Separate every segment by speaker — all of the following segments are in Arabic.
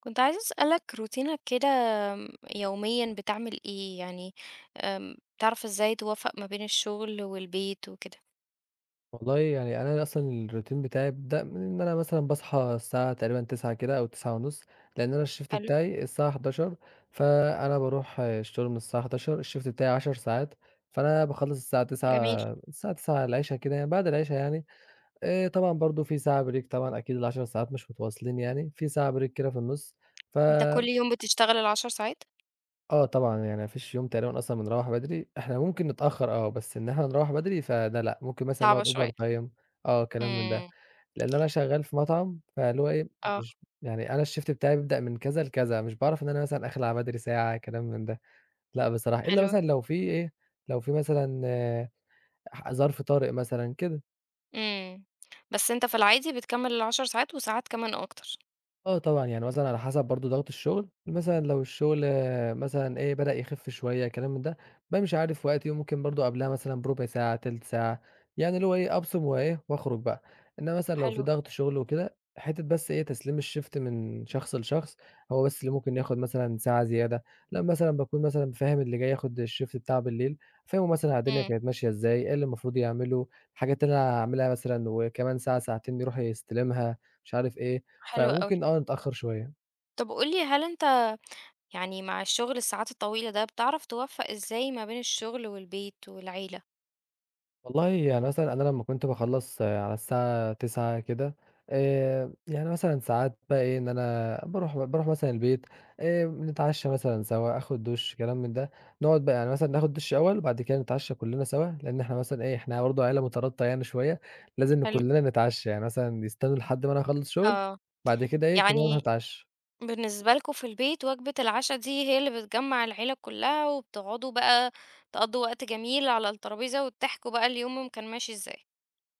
Speaker 1: كنت عايزة أسألك روتينك كده يوميًا بتعمل إيه؟ يعني بتعرف إزاي توفّق ما بين الشغل والبيت وكده؟
Speaker 2: والله يعني أنا أصلًا الروتين بتاعي بيبدأ من إن أنا مثلًا باصحى الساعة تقريبًا 09:00 كده أو 09:30، لأن أنا الشيفت
Speaker 1: حلو،
Speaker 2: بتاعي الساعة 11:00. فأنا باروح الشغل من الساعة 11:00، الشيفت بتاعي 10 ساعات، فأنا باخلّص الساعة 09:00
Speaker 1: جميل.
Speaker 2: الساعة 09:00 العشا كده يعني بعد العشا يعني، طبعًا برضه في ساعة break، طبعًا أكيد ال10 ساعات مش متواصلين يعني، في ساعة break كده في النُص، ف
Speaker 1: أنت كل يوم بتشتغل ال10 ساعات؟
Speaker 2: آه، طبعًا يعني ما فيش يوم تقريبًا أصلًا بنروّح بدري، إحنا ممكن نتأخر آه، بس إن إحنا نروّح بدري فده لأ، ممكن مثلًا
Speaker 1: صعبة
Speaker 2: نقعد
Speaker 1: شوية.
Speaker 2: overtime، آه كلام من ده.
Speaker 1: إمم،
Speaker 2: لإن أنا شغّال في مطعم، فاللي هو إيه،
Speaker 1: آه،
Speaker 2: مش يعني أنا الShift بتاعي بيبدأ من كذا لكذا، مش باعرف إن أنا مثلًا آخِل على بدري ساعة كلام من ده، لأ بصراحة، إلا
Speaker 1: حلو.
Speaker 2: مثلًا لو في إيه، لو في مثلًا آه، ح ظرف طارئ مثلًا كده.
Speaker 1: إمم، بس أنت في العادي بتكمّل ال10 ساعات وساعات كمان أكتر.
Speaker 2: آه طبعًا، يعني مثلًا على حسب برضه ضغط الشغل، مثلًا لو الشغل مثلًا إيه، بدأ يخف شوية كلام من ده، بامشي عارف وقتي وممكن برضه قبلها مثلًا بربع ساعة، تِلت ساعة، يعني اللي هو إيه، أبصم وإيه، وأخرج بقى. إنما مثلًا لو في
Speaker 1: حلو،
Speaker 2: ضغط شغل وكده، حتّة بس إيه، تسليم الshift من شخص لشخص، هو بس اللي ممكن ياخد مثلًا ساعة زيادة، لأ مثلًا باكون مثلًا فاهم اللي جاي ياخد الshift بتاعه بالليل، فاهمه مثلًا على الدنيا
Speaker 1: إمم،
Speaker 2: كانت ماشية إزاي، إيه اللي المفروض يعمله، الحاجات اللي أنا هاعملها مثلًا وكمان ساعة، ساعتين يروح يستلمها، مش عارف إيه.
Speaker 1: حلو أوي.
Speaker 2: فممكن نتأخّر شوية.
Speaker 1: طب قُل لي هل أنت يعني مع الشغل الساعات الطويلة ده بتعرف توفّق إزاي ما بين الشغل والبيت والعيلة؟
Speaker 2: والله يعني مثلًا أنا لمّا كنت باخلّص على الساعة 21:00 كده، يعني مثلًا ساعات بقى إيه، إن أنا باروح مثلًا البيت، نتعشّى مثلًا سوا، آخُد دُش، كلام من ده. نقعد بقى يعني مثلًا ناخُد دُش أول، وبعد كده نتعشّى كُلّنا سوا، لإن إحنا مثلًا إيه، إحنا برضه عيلة مترابطة يعني شوية، لازم
Speaker 1: حلو،
Speaker 2: كُلّنا نتعشّى، يعني مثلًا يستنوا لحد ما أنا أخلّص شُغل،
Speaker 1: آه،
Speaker 2: بعد كده إيه، كُلّنا نروح
Speaker 1: يعني
Speaker 2: نتعشّى.
Speaker 1: بالنسبة لكم في البيت وجبة العشا دي هي اللي بتجمّع العيلة كلّها، وبتقعدوا بقى تقضّوا وقت جميل على الترابيزة، وتحكوا بقى اليوم كان ماشي إزاي.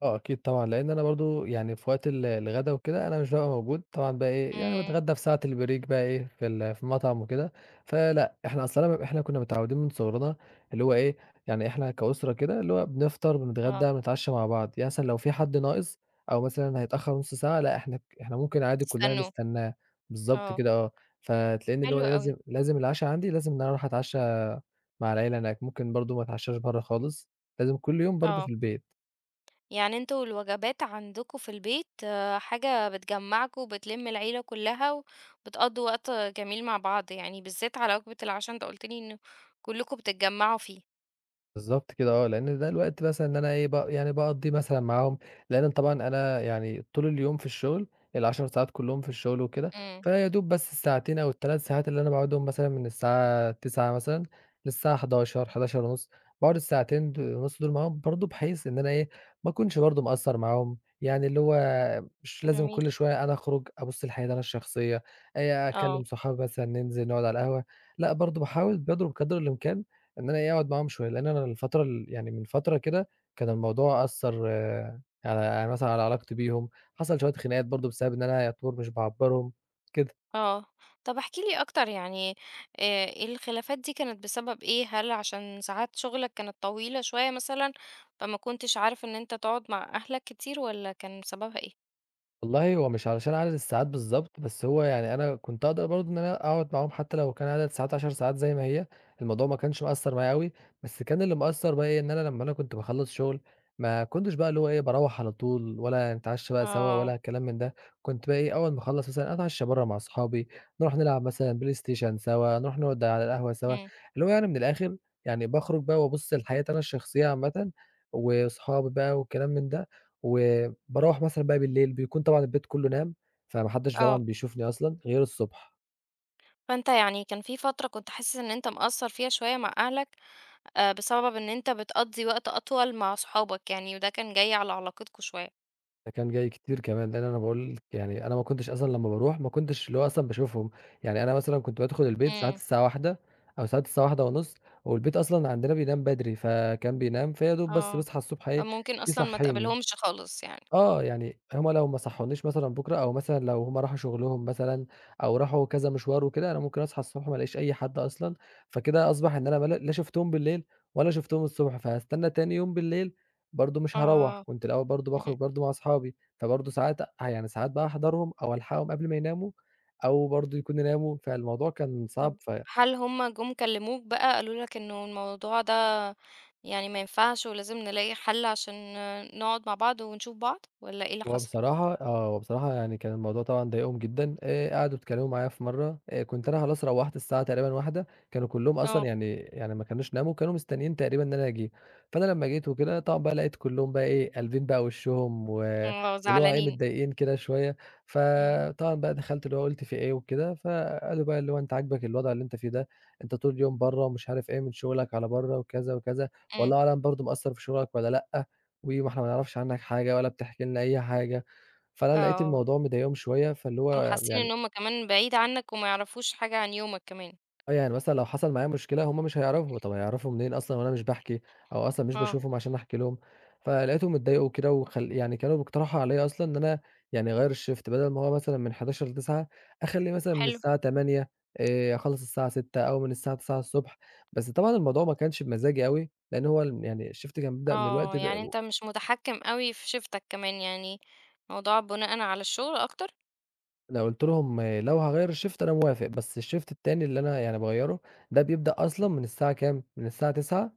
Speaker 2: آه، أكيد طبعًا، لإن أنا برضه يعني في وقت الغدا وكده أنا مش بابقى موجود، طبعًا بقى إيه، يعني
Speaker 1: إمم،
Speaker 2: باتغدى في ساعة البريك بقى إيه، في المطعم وكده، فلأ، إحنا أصل أنا إحنا كنا متعودين من صغرنا اللي هو إيه، يعني إحنا كأسرة كده اللي هو بنفطر،
Speaker 1: آه،
Speaker 2: بنتغدى، بنتعشى مع بعض، يعني مثلًا لو في حد ناقص أو مثلًا هيتأخر نُص ساعة، لأ إحنا ممكن عادي كلنا
Speaker 1: تستنوه،
Speaker 2: نستناه، بالضبط
Speaker 1: آه،
Speaker 2: كده آه، فتلاقيني اللي هو
Speaker 1: حلو
Speaker 2: إيه،
Speaker 1: أوي،
Speaker 2: لازم العشا عندي لازم إن أنا أروح أتعشى مع العيلة هناك، ممكن برضه ما أتعشاش برّه خالص، لازم كل يوم برضه
Speaker 1: آه،
Speaker 2: في البيت.
Speaker 1: يعني أنتم الوجبات عندكم في البيت آه، حاجة بتجمّعكم، وبتلِم العيلة كلّها، وبتقضّوا وقت جميل مع بعض، يعني بالذات على وجبة العشا أنت قُلت لي إن كلّكم بتتجمّعوا فيه.
Speaker 2: بالضبط كده آه، لإن ده الوقت مثلًا إن أنا إيه يعني باقضّيه مثلًا معاهم، لإن طبعًا أنا يعني طول اليوم في الشغل، ال10 ساعات كلّهم في الشغل وكده،
Speaker 1: إمم،
Speaker 2: فيا دوب بس الساعتين أو ال3 ساعات اللي أنا باقعدهم مثلًا من الساعة 09:00 مثلًا للساعة 11:00، 11:30، باقعد الساعتين ونُص دول معاهم برضه بحيث إن أنا إيه، ما أكونش برضه مقصّر معاهم، يعني اللي هو مش لازم
Speaker 1: جميل،
Speaker 2: كل شوية أنا أخرج أبُص لحياتي أنا الشخصية،
Speaker 1: آه.
Speaker 2: أكلّم صحابي مثلًا ننزل نقعد على القهوة، لأ برضه باحاول باضرب قدر الإمكان إن أنا إيه، أقعد معاهم شوية، لإن أنا الفترة يعني من فترة كده كان الموضوع أثّر على يعني مثلًا على علاقتي بيهم، حصل شوية خناقات برضه بسبب إن أنا يعتبر مش باعبّرهم، كده.
Speaker 1: آه، طب احكِ لي أكتر يعني الخلافات دي كانت بسبب إيه؟ هل عشان ساعات شغلك كانت طويلة شوية مثلًا، فما كنتش عارف إن أنت تقعد مع أهلك كتير والّا كان سببها إيه؟
Speaker 2: والله هو مش علشان عدد الساعات بالضبط، بس هو يعني أنا كنت أقدر برضه إن أنا أقعد معاهم حتى لو كان عدد الساعات 10 ساعات زي ما هي، الموضوع ما كانش مأثّر معايا أوي، بس كان اللي مأثّر بقى إيه، إن أنا لمّا أنا كنت باخلّص شغل ما كنتش بقى اللي هو إيه، باروّح على طول ولا نتعشّى بقى سوا
Speaker 1: آه،
Speaker 2: ولا الكلام من ده، كنت بقى إيه، أول ما أخلّص مثلًا أتعشّى برّه مع أصحابي، نروح نلعب مثلًا بلاي ستيشن سوا، نروح نقعد على القهوة سوا،
Speaker 1: إمم،
Speaker 2: اللي هو يعني من الآخر يعني باخرج بقى وأبُص لحياتي أنا الشخصية عامةً وأصحابي بقى والكلام من ده و باروّح مثلًا بقى بالليل، بيكون طبعًا البيت كلّه نام، فما حدّش طبعًا
Speaker 1: آه،
Speaker 2: بيشوفني أصلًا غير الصبح،
Speaker 1: فأنت يعني كان في فترة كنت حاسس إن أنت مقصّر فيها شوية مع أهلك، بسبب إن أنت بتقضّي وقت أطول مع صحابك يعني، وده كان جاي على علاقتكم شوية.
Speaker 2: ده كان جاي كتير كمان، لإن أنا باقول لِك يعني أنا ما كنتش أصلًا لمّا باروح ما كنتش اللي هو أصلًا باشوفهم، يعني أنا مثلًا كنت بادخل البيت ساعات
Speaker 1: إمم،
Speaker 2: الساعة 13:00 أو ساعات الساعة 13:30 والبيت أصلًا عندنا بينام بدري، فكان بينام، فيا دوب بس
Speaker 1: آه،
Speaker 2: باصحى الصبح إيه،
Speaker 1: فممكن أصلًا ما
Speaker 2: يصحّيني.
Speaker 1: تقابلهمش خالص يعني.
Speaker 2: آه، يعني هم لو ما صحّونيش مثلًا بُكرة أو مثلًا لو هم راحوا شغلهم مثلًا أو راحوا كذا مشوار وكده، أنا ممكن أصحى الصبح ما الاقيش أي حد أصلًا، فكده أصبح إن أنا ما لا شُفتهم بالليل ولا شُفتهم الصبح، فهاستنى تاني يوم بالليل برضه مش هاروّح،
Speaker 1: آه،
Speaker 2: كنت الأول برضه باخرج
Speaker 1: اهم.
Speaker 2: برضه مع أصحابي، فبرضه ساعات يعني ساعات بقى أحضرهم أو ألحقهم قبل ما يناموا أو برضه يكونوا ناموا، فالموضوع كان صعب
Speaker 1: طب هل هم جُم كلموك بقى قالوا لك إنه الموضوع ده يعني ما ينفعش ولازم نلاقي حل عشان نقعد مع بعض ونشوف بعض والّا إيه اللي
Speaker 2: هو
Speaker 1: حصل؟
Speaker 2: بصراحة آه، هو بصراحة يعني كان الموضوع طبعًا ضايقهم جدًا، قعدوا اتكلموا معايا في مرّة، كنت أنا خلاص روّحت الساعة تقريبًا 13:00، كانوا كلّهم أصلًا
Speaker 1: آه،
Speaker 2: يعني ما كانوش ناموا، كانوا مستنيين تقريبًا إن أنا أجي، فأنا لمّا جيت وكده طبعًا بقى لقيت كلّهم بقى إيه، قالبين بقى وشّهم
Speaker 1: آه،
Speaker 2: واللي هو إيه،
Speaker 1: زعلانين،
Speaker 2: متضايقين كده شوية،
Speaker 1: إمم،
Speaker 2: فطبعًا بقى دخلت اللي هو قُلت في إيه وكده، فقالوا بقى اللي هو: "أنت عاجبك الوضع اللي أنت فيه ده، أنت طول اليوم برّه ومش عارف إيه من شغلك على برّه وكذا، وكذا،
Speaker 1: إمم،
Speaker 2: والله أعلم برضه مأثّر في شغلك والّا لأ؟ وإحنا ما نعرفش عنك حاجة ولا بتحكي لنا أي حاجة"، فأنا لقيت
Speaker 1: آه،
Speaker 2: الموضوع مضايقهم شوية، فاللي
Speaker 1: كانوا
Speaker 2: هو
Speaker 1: حاسين إن
Speaker 2: يعني
Speaker 1: هم كمان بعيد عنك وما يعرفوش حاجة عن يومك كمان،
Speaker 2: آه، يعني مثلًا لو حصل معايا مشكلة هم مش هيعرفوا، طب هيعرفوا منين أصلًا وأنا مش باحكي، أو أصلًا مش
Speaker 1: آه،
Speaker 2: باشوفهم عشان أحكي لهم، فلقيتهم اتضايقوا كده يعني كانوا بيقترحوا عليَّ أصلًا إن أنا يعني أغيّر الShift بدل ما هو مثلًا من 11:00 ل21:00 أخلّيه مثلًا من
Speaker 1: حلو،
Speaker 2: الساعة 08:00، أخلّص الساعة 18:00 أو من الساعة 09:00 ص. بس طبعًا الموضوع ما كانش بمزاجي أوي، لأن هو يعني الShift كان بيبدأ من
Speaker 1: آه،
Speaker 2: الوقت
Speaker 1: يعني
Speaker 2: ده،
Speaker 1: أنت مش متحكم أوي في شيفتك كمان يعني الموضوع بناءً على الشغل أكتر؟
Speaker 2: لو قُلت لهم آه، لو هاغيّر الشيفت أنا موافق، بس الشيفت التاني اللي أنا يعني باغيّره ده بيبدأ أصلًا من الساعة كام، من الساعة 09:00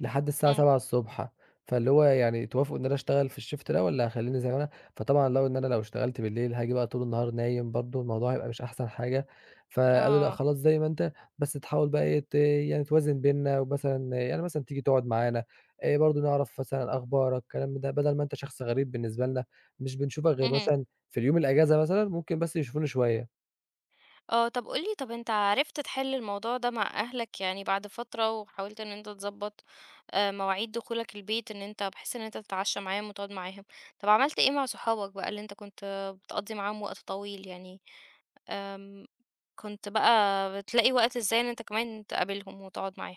Speaker 2: لحد
Speaker 1: إمم،
Speaker 2: الساعة 07:00. فاللي هو يعني توافقوا إن أنا أشتغل في الشيفت ده والّا هاخلّيني زي ما أنا؟ فطبعًا لو إن أنا لو اشتغلت بالليل هاجي بقى طول النهار نايم برضه، الموضوع هيبقى مش أحسن حاجة، فقالوا: "لأ
Speaker 1: آه،
Speaker 2: خلاص زي ما أنت، بس تحاول بقى إيه يعني توازن بيننا ومثلًا يعني مثلًا تيجي تقعد معانا، برضه نعرف مثلًا أخبارك". الكلام من ده، بدل ما أنت شخص غريب بالنسبة لنا، مش بنشوفك غير
Speaker 1: اهم.
Speaker 2: مثلًا في اليوم الأجازة مثلًا ممكن بس يشوفوني شوية.
Speaker 1: آه، طب قُل لي طب أنت عرفت تحل الموضوع ده مع أهلك يعني بعد فترة، وحاولت إن أنت تضبّط مواعيد دخولك البيت إن أنت بحيث إن أنت تتعشى معاهم وتقعد معاهم، طب عملت إيه مع صحابك بقى اللي أنت كنت بتقضّي معاهم وقت طويل يعني، آمم، كنت بقى بتلاقي وقت إزاي إن أنت كمان تقابلهم وتقعد معاهم؟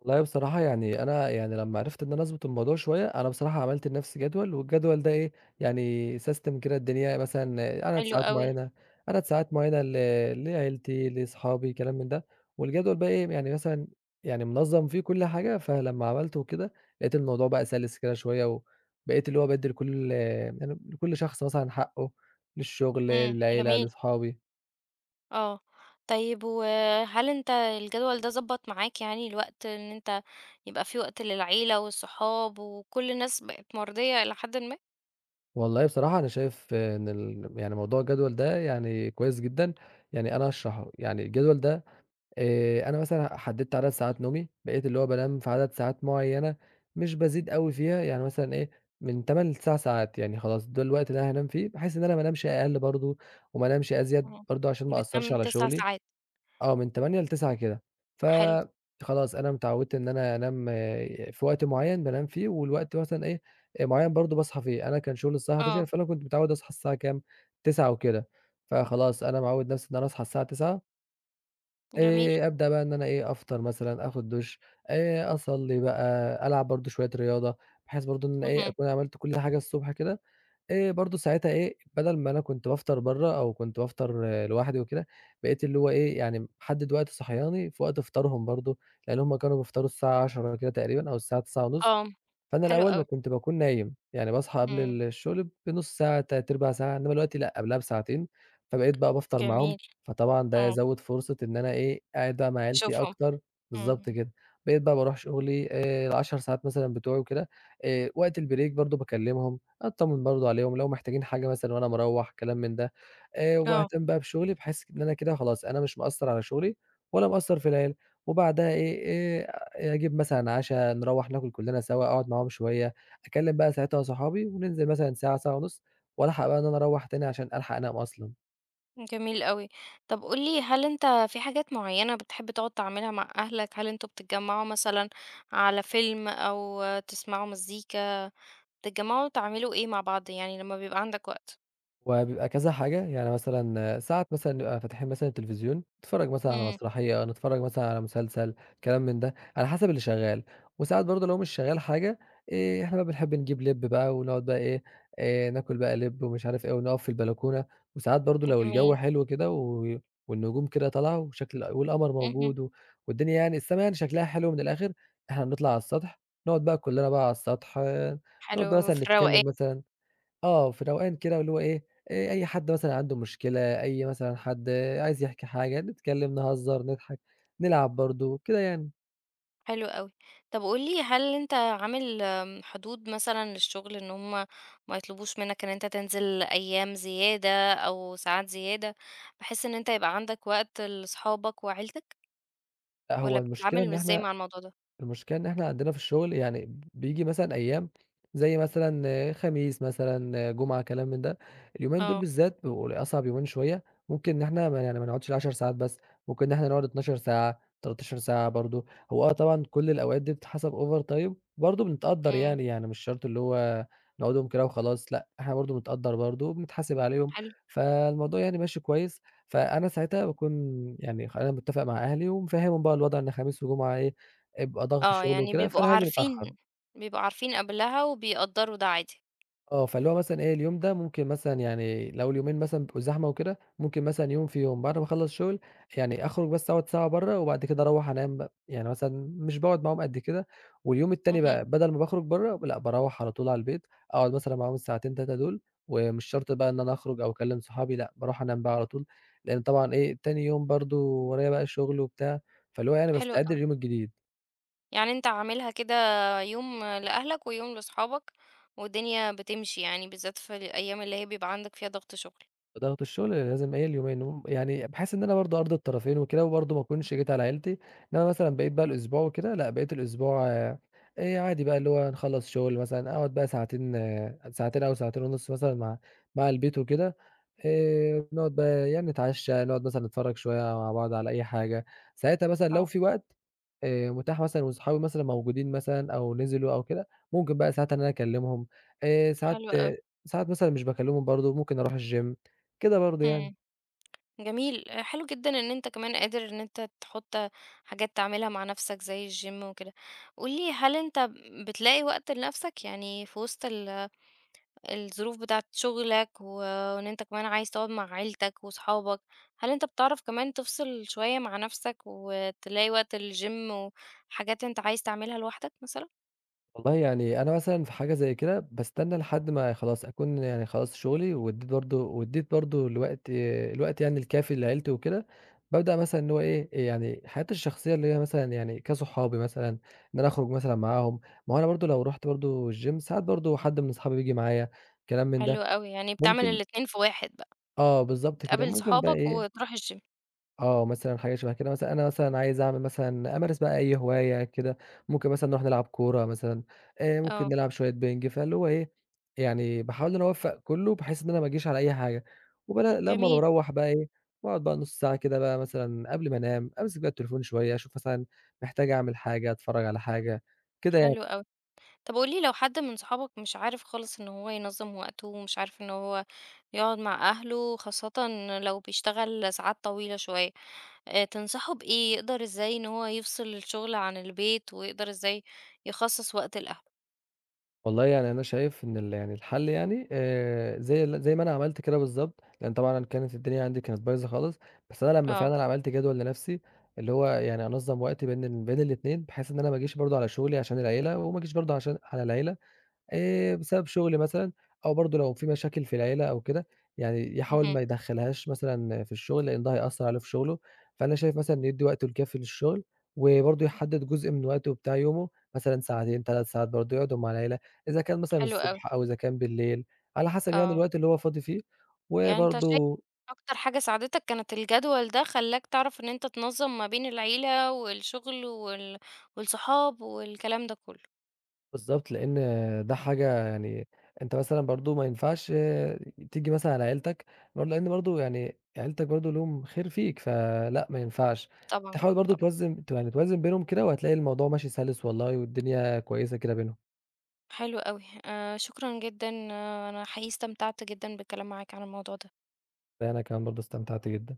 Speaker 2: والله بصراحة يعني أنا يعني لمّا عرفت إن أنا أضبط الموضوع شوية، أنا بصراحة عملت لنفسي جدول، والجدول ده إيه، يعني سيستم كده الدنيا مثلًا عدد
Speaker 1: حلو
Speaker 2: ساعات
Speaker 1: أوي،
Speaker 2: معيّنة، عدد ساعات معيّنة ل لعيلتي، لصحابي، كلام من ده. والجدول بقى إيه، يعني مثلًا يعني منظّم فيه كل حاجة، فلمّا عملته كده لقيت الموضوع بقى سَلِس كده شوية، وبقيت اللي هو بادّي لكل شخص مثلًا حقّه، للشغل،
Speaker 1: إمم،
Speaker 2: للعيلة،
Speaker 1: جميل.
Speaker 2: لصحابي.
Speaker 1: آه، طيب وهل أنت الجدول ده ضبّط معاك يعني الوقت إن أنت يبقى في وقت للعيلة والصحاب وكل الناس بقت مرضية إلى حدٍ ما؟
Speaker 2: والله بصراحة أنا شايف إن يعني موضوع الجدول ده يعني كويس جدًا، يعني أنا هاشرحه، يعني الجدول ده أنا مثلًا حددت عدد ساعات نومي، بقيت اللي هو بانام في عدد ساعات معيّنة مش بازيد أوي فيها، يعني مثلًا إيه من 8 ل9 ساعات، يعني خلاص ده الوقت اللي أنا هانام فيه، بحيث إن أنا ما انامش أقل برضه وما انامش أزيد
Speaker 1: إمم.
Speaker 2: برضه عشان ما أأثّرش
Speaker 1: بتنام
Speaker 2: على
Speaker 1: 9
Speaker 2: شغلي.
Speaker 1: ساعات،
Speaker 2: آه، من 08:00 ل21:00 كده،
Speaker 1: حلو،
Speaker 2: فخلاص أنا اتعودت إن أنا أنام في وقت معيّن بانام فيه، والوقت مثلًا إيه، معيّن برضه باصحى فيه، أنا كان شغلي الساعة 11:00
Speaker 1: آه،
Speaker 2: فأنا كنت متعوّد أصحى الساعة كام، 09:00 وكده، فخلاص أنا معوّد نَفْسي إن أنا أصحى الساعة 09:00،
Speaker 1: جميل،
Speaker 2: أبدأ بقى إن أنا إيه، أفطر مثلًا، آخُد دُش، أصلّي بقى، ألعب برضه شوية رياضة، بحيث برضه إن أنا إيه،
Speaker 1: اهم،
Speaker 2: أكون عملت كل حاجة الصبح كده، برضه ساعتها إيه، بدل ما أنا كنت بافطر برّه أو كنت بافطر لوحدي وكده، بقيت اللي هو إيه، يعني محدِّد وقت صحياني في وقت فطارهم برضه، لإن هم كانوا بيفطروا الساعة 10:00 كده تقريبًا أو الساعة 9:30،
Speaker 1: آه،
Speaker 2: فأنا
Speaker 1: حلو
Speaker 2: الأول ما
Speaker 1: أوي،
Speaker 2: كنت باكون نايم، يعني باصحى قبل
Speaker 1: إمم،
Speaker 2: الشغل بنُص ساعة، تلات أرباع ساعة، إنّما دلوقتي لأ، قبلها بساعتين، فبقيت بقى بافطر معاهم،
Speaker 1: جميل،
Speaker 2: فطبعًا ده
Speaker 1: آه،
Speaker 2: يزوّد فرصة إن أنا إيه، قاعد بقى مع عيلتي
Speaker 1: تشوفهم،
Speaker 2: أكتر، بالضبط
Speaker 1: إمم،
Speaker 2: كده. بقيت بقى باروح شغلي ال10 ساعات مثلًا بتوعي وكده، وقت البريك برضه باكلّمهم، أطّمن برضه عليهم، لو محتاجين حاجة مثلًا وأنا مروّح كلام من ده،
Speaker 1: آه،
Speaker 2: وباهتم بقى بشغلي بحيث إن أنا كده خلاص أنا مش مأثّر على شغلي ولا مأثّر في العيلة، وبعدها إيه، آآ أجيب مثلًا عَشا، نروّح ناكل كلّنا سوا، أقعد معاهم شوية، أكلّم بقى ساعتها صحابي وننزل مثلًا ساعة، ساعة ونُص، والحق بقى إن أنا أروّح تاني عشان ألحق أنام أصلًا.
Speaker 1: جميل أوي، طب قُل لي هل أنت في حاجات معيّنة بتحب تقعد تعملها مع أهلك؟ هل أنتم بتتجمعوا مثلًا على فيلم أو تسمعوا مزيكا؟ بتتجمعوا تعملوا إيه مع بعض يعني لمّا بيبقى عندك وقت؟
Speaker 2: هو بيبقى كذا حاجة، يعني مثلًا ساعات مثلًا نبقى فاتحين مثلًا التلفزيون، نتفرّج مثلًا على
Speaker 1: إمم،
Speaker 2: مسرحية، نتفرّج مثلًا على مسلسل، كلام من ده، على حسب اللي شغال. وساعات برضه لو مش شغال حاجة، إحنا بقى بنحب نجيب لِب بقى ونقعد بقى إيه، ناكل بقى لِب ومش عارف إيه ونقف في البلكونة. وساعات برضه لو الجو
Speaker 1: جميل،
Speaker 2: حلو كده والنجوم كده طالعة وشكل والقمر
Speaker 1: اهم،
Speaker 2: موجود و والدنيا يعني السما يعني شكلها حلو من الآخر، إحنا بنطلع على السطح، نقعد بقى كلّنا بقى على السطح، آه، نقعد
Speaker 1: حلو
Speaker 2: مثلًا
Speaker 1: في الروقان،
Speaker 2: نتكلّم مثلًا، آه، في روقان كده اللي هو إيه، أي حد مثلًا عنده مشكلة، أي مثلًا حد عايز يحكي حاجة، نتكلّم، نهزّر، نضحك، نلعب برضه، كده يعني.
Speaker 1: حلو أوي. طب قُل لي هل أنت عامل حدود مثلًا للشغل إن هم ما يطلبوش منك إن أنت تنزل أيام زيادة أو ساعات زيادة، بحيث إن أنت يبقى عندك وقت لصحابك وعيلتك،
Speaker 2: لأ،
Speaker 1: والّا
Speaker 2: هو المشكلة
Speaker 1: بتتعامل
Speaker 2: إن
Speaker 1: إزاي
Speaker 2: إحنا
Speaker 1: مع الموضوع ده؟
Speaker 2: المشكلة إن إحنا عندنا في الشغل يعني بييجي مثلًا أيام زي مثلًا آه، خميس مثلًا، آه، جمعة، كلام من ده. اليومين دول
Speaker 1: آه،
Speaker 2: بالذات بيبقوا أصعب يومين شوية، ممكن إن إحنا ما نقعدش ال10 ساعات بس، ممكن إن إحنا نقعد 12 ساعة، 13 ساعة برضه. هو آه طبعًا كل الأوقات دي بتتحسب overtime برضه بنتقدّر
Speaker 1: إمم،
Speaker 2: يعني، يعني مش شرط اللي هو نقعدهم كده وخلاص، لأ إحنا برضه بنتقدّر برضه وبنتحاسب عليهم،
Speaker 1: حلو،
Speaker 2: فالموضوع يعني ماشي كويس. فأنا ساعتها باكون يعني أنا متّفق مع أهلي ومفهّمهم بقى الوضع إن خميس وجمعة إيه بيبقى ضغط
Speaker 1: آه،
Speaker 2: شغل
Speaker 1: يعني
Speaker 2: وكده،
Speaker 1: بيبقوا
Speaker 2: فأنا هاجي متأخّر.
Speaker 1: عارفين بيبقوا عارفين قبلها وبيقدّروا ده عادي.
Speaker 2: آه، فاللي هو مثلًا إيه، اليوم ده ممكن مثلًا يعني لو اليومين مثلًا بيبقوا زحمة وكده، ممكن مثلًا يوم في يوم بعد ما أخلّص شغل، يعني أخرج بس أقعد ساعة برّه وبعد كده أروّح أنام بقى، يعني مثلًا مش باقعد معاهم قد كده. واليوم التاني
Speaker 1: اهم،
Speaker 2: بقى بدل ما باخرج برّه، لأ باروّح على طول على البيت، أقعد مثلًا معاهم الساعتين 3 دول، ومش شرط بقى إن أنا أخرج أو أكلّم صحابي، لأ باروح أنام بقى على طول، لإن طبعًا إيه، تاني يوم برضه ورايا بقى شغل وبتاع، فاللي هو يعني
Speaker 1: حلو
Speaker 2: باستعد
Speaker 1: أوي.
Speaker 2: لليوم الجديد.
Speaker 1: يعني أنت عاملها كده يوم لأهلك ويوم لأصحابك، والدنيا بتمشي يعني بالذات في الأيام اللي هي بيبقى عندك فيها ضغط شغل.
Speaker 2: ضغط الشغل لازم إيه اليومين يعني بحيث إن أنا برضه أرضي الطرفين وكده، وبرضه ما أكونش جيت على عيلتي، إنما مثلًا بقيت بقى الأسبوع وكده لأ، بقيت الأسبوع عادي بقى اللي هو نخلّص شغل مثلًا، أقعد بقى ساعتين آه، ساعتين أو ساعتين ونُص مثلًا مع البيت وكده، نقعد بقى يعني نتعشى، نقعد مثلًا نتفرّج شوية مع بعض على أي حاجة. ساعتها مثلًا لو
Speaker 1: آه،
Speaker 2: في وقت متاح مثلًا وصحابي مثلًا موجودين مثلًا أو نزلوا أو كده، ممكن بقى ساعتها إن أنا أكلّمهم. ساعات
Speaker 1: حلو أوي،
Speaker 2: ساعات مثلًا مش باكلّمهم برضه، ممكن أروح الgym كده برضه يعني.
Speaker 1: إمم، جميل، حلو جدًا إن أنت كمان قادر إن أنت تحط حاجات تعملها مع نفسك زي الgym وكده. قُل لي هل أنت بتلاقي وقت لنفسك؟ يعني في وسط الظروف بتاعة شغلك وإن أنت كمان عايز تقعد مع عيلتك وصحابك، هل أنت بتعرف كمان تفصل شوية مع نفسك وتلاقي وقت للgym وحاجات أنت عايز تعملها لوحدك مثلًا؟
Speaker 2: والله يعني أنا مثلًا في حاجة زي كده باستنى لحد ما خلاص أكون يعني خلاص شغلي وادّيت برضه وادّيت برضه الوقت يعني الكافي لعيلتي وكده، بابدأ مثلًا إن هو إيه، يعني حياتي الشخصية اللي هي مثلًا يعني كصحابي مثلًا، إن أنا أخرج مثلًا معاهم، ما هو أنا برضه لو رُحت برضه الgym ساعات برضه حد من أصحابي بييجي معايا، كلام من
Speaker 1: حلو
Speaker 2: ده.
Speaker 1: أوي، يعني بتعمل
Speaker 2: ممكن
Speaker 1: الاتنين في واحد بقى،
Speaker 2: آه، بالضبط كده.
Speaker 1: بتقابل
Speaker 2: ممكن بقى
Speaker 1: صحابك
Speaker 2: إيه،
Speaker 1: وتروح الgym.
Speaker 2: آه، مثلًا حاجة شبه كده مثلًا، أنا مثلًا عايز أعمل مثلًا أمارس بقى أي هواية كده، ممكن مثلًا نروح نلعب كورة مثلًا، ممكن
Speaker 1: آه،
Speaker 2: نلعب شوية بينج، فاللي هو إيه، يعني باحاول إن أنا أوفّق كلّه بحيث إن أنا ما أجيش على أي حاجة. لمّا
Speaker 1: جميل،
Speaker 2: باروّح بقى إيه، باقعد بقى نُص ساعة كده بقى مثلًا قبل ما أنام، أمسك بقى التليفون شوية، أشوف مثلًا محتاج أعمل حاجة، أتفرّج على حاجة، كده يعني.
Speaker 1: حلو أوي. طب قُل لي لو حد من صحابك مش عارف خالص إن هو ينظّم وقته، ومش عارف إن هو يقعد مع أهله، خاصةً لو بيشتغل ساعات طويلة شوية، تنصحه بإيه؟ يقدر إزاي إن هو يفصل الشغل عن البيت، ويقدر إزاي يخصص وقت لأهله؟
Speaker 2: والله يعني أنا شايف إن ال يعني الحل يعني زي زي ما أنا عملت كده بالضبط، لإن طبعًا كانت الدنيا عندي كانت بايظة خالص، بس أنا لمّا
Speaker 1: آه،
Speaker 2: فعلًا عملت جدول لنفسي، اللي هو يعني أنظّم وقتي بين الاتنين، بحيث إن أنا ما أجيش برضه على شغلي عشان العيلة، وما أجيش برضه على العيلة. بسبب شغل مثلًا أو برضه لو في مشاكل في العيلة أو كده، يعني يحاول
Speaker 1: اهم،
Speaker 2: ما يدخّلهاش مثلًا في الشغل لإن ده هيأثّر عليه في شغله. فأنا شايف مثلًا إنه يدّي وقته الكافي للشغل، وبرضه يحدد جزء من وقته بتاع يومه، مثلًا ساعتين 3 ساعات برضه يقعدوا مع العيلة، إذا كان مثلًا
Speaker 1: حلو أوي،
Speaker 2: الصبح أو إذا كان بالليل، على حسب يعني
Speaker 1: آه،
Speaker 2: الوقت اللي هو فاضي فيه،
Speaker 1: يعني أنت شايف
Speaker 2: وبرضه
Speaker 1: أكتر حاجة ساعدتك كانت الجدول ده، خلّاك تعرف إن أنت تنظّم ما بين العيلة والشغل والصحاب والكلام ده كله،
Speaker 2: بالضبط، لإن ده حاجة يعني أنت مثلًا برضه ما ينفعش تيجي مثلًا على عيلتك، برضه لإن برضه يعني عيلتك برضه ليهم خير فيك، فلأ ما ينفعش،
Speaker 1: طبعًا،
Speaker 2: تحاول برضه
Speaker 1: طبعًا.
Speaker 2: توازن يعني توازن بينهم كده وهتلاقي الموضوع ماشي سَلِس والله والدنيا كويسة كده بينهم.
Speaker 1: حلو أوي، شكرًا جدًا، آه أنا حقيقي استمتعت جدًا بالكلام معاك عن الموضوع ده.
Speaker 2: ده أنا كمان برضه استمتعت جدًا.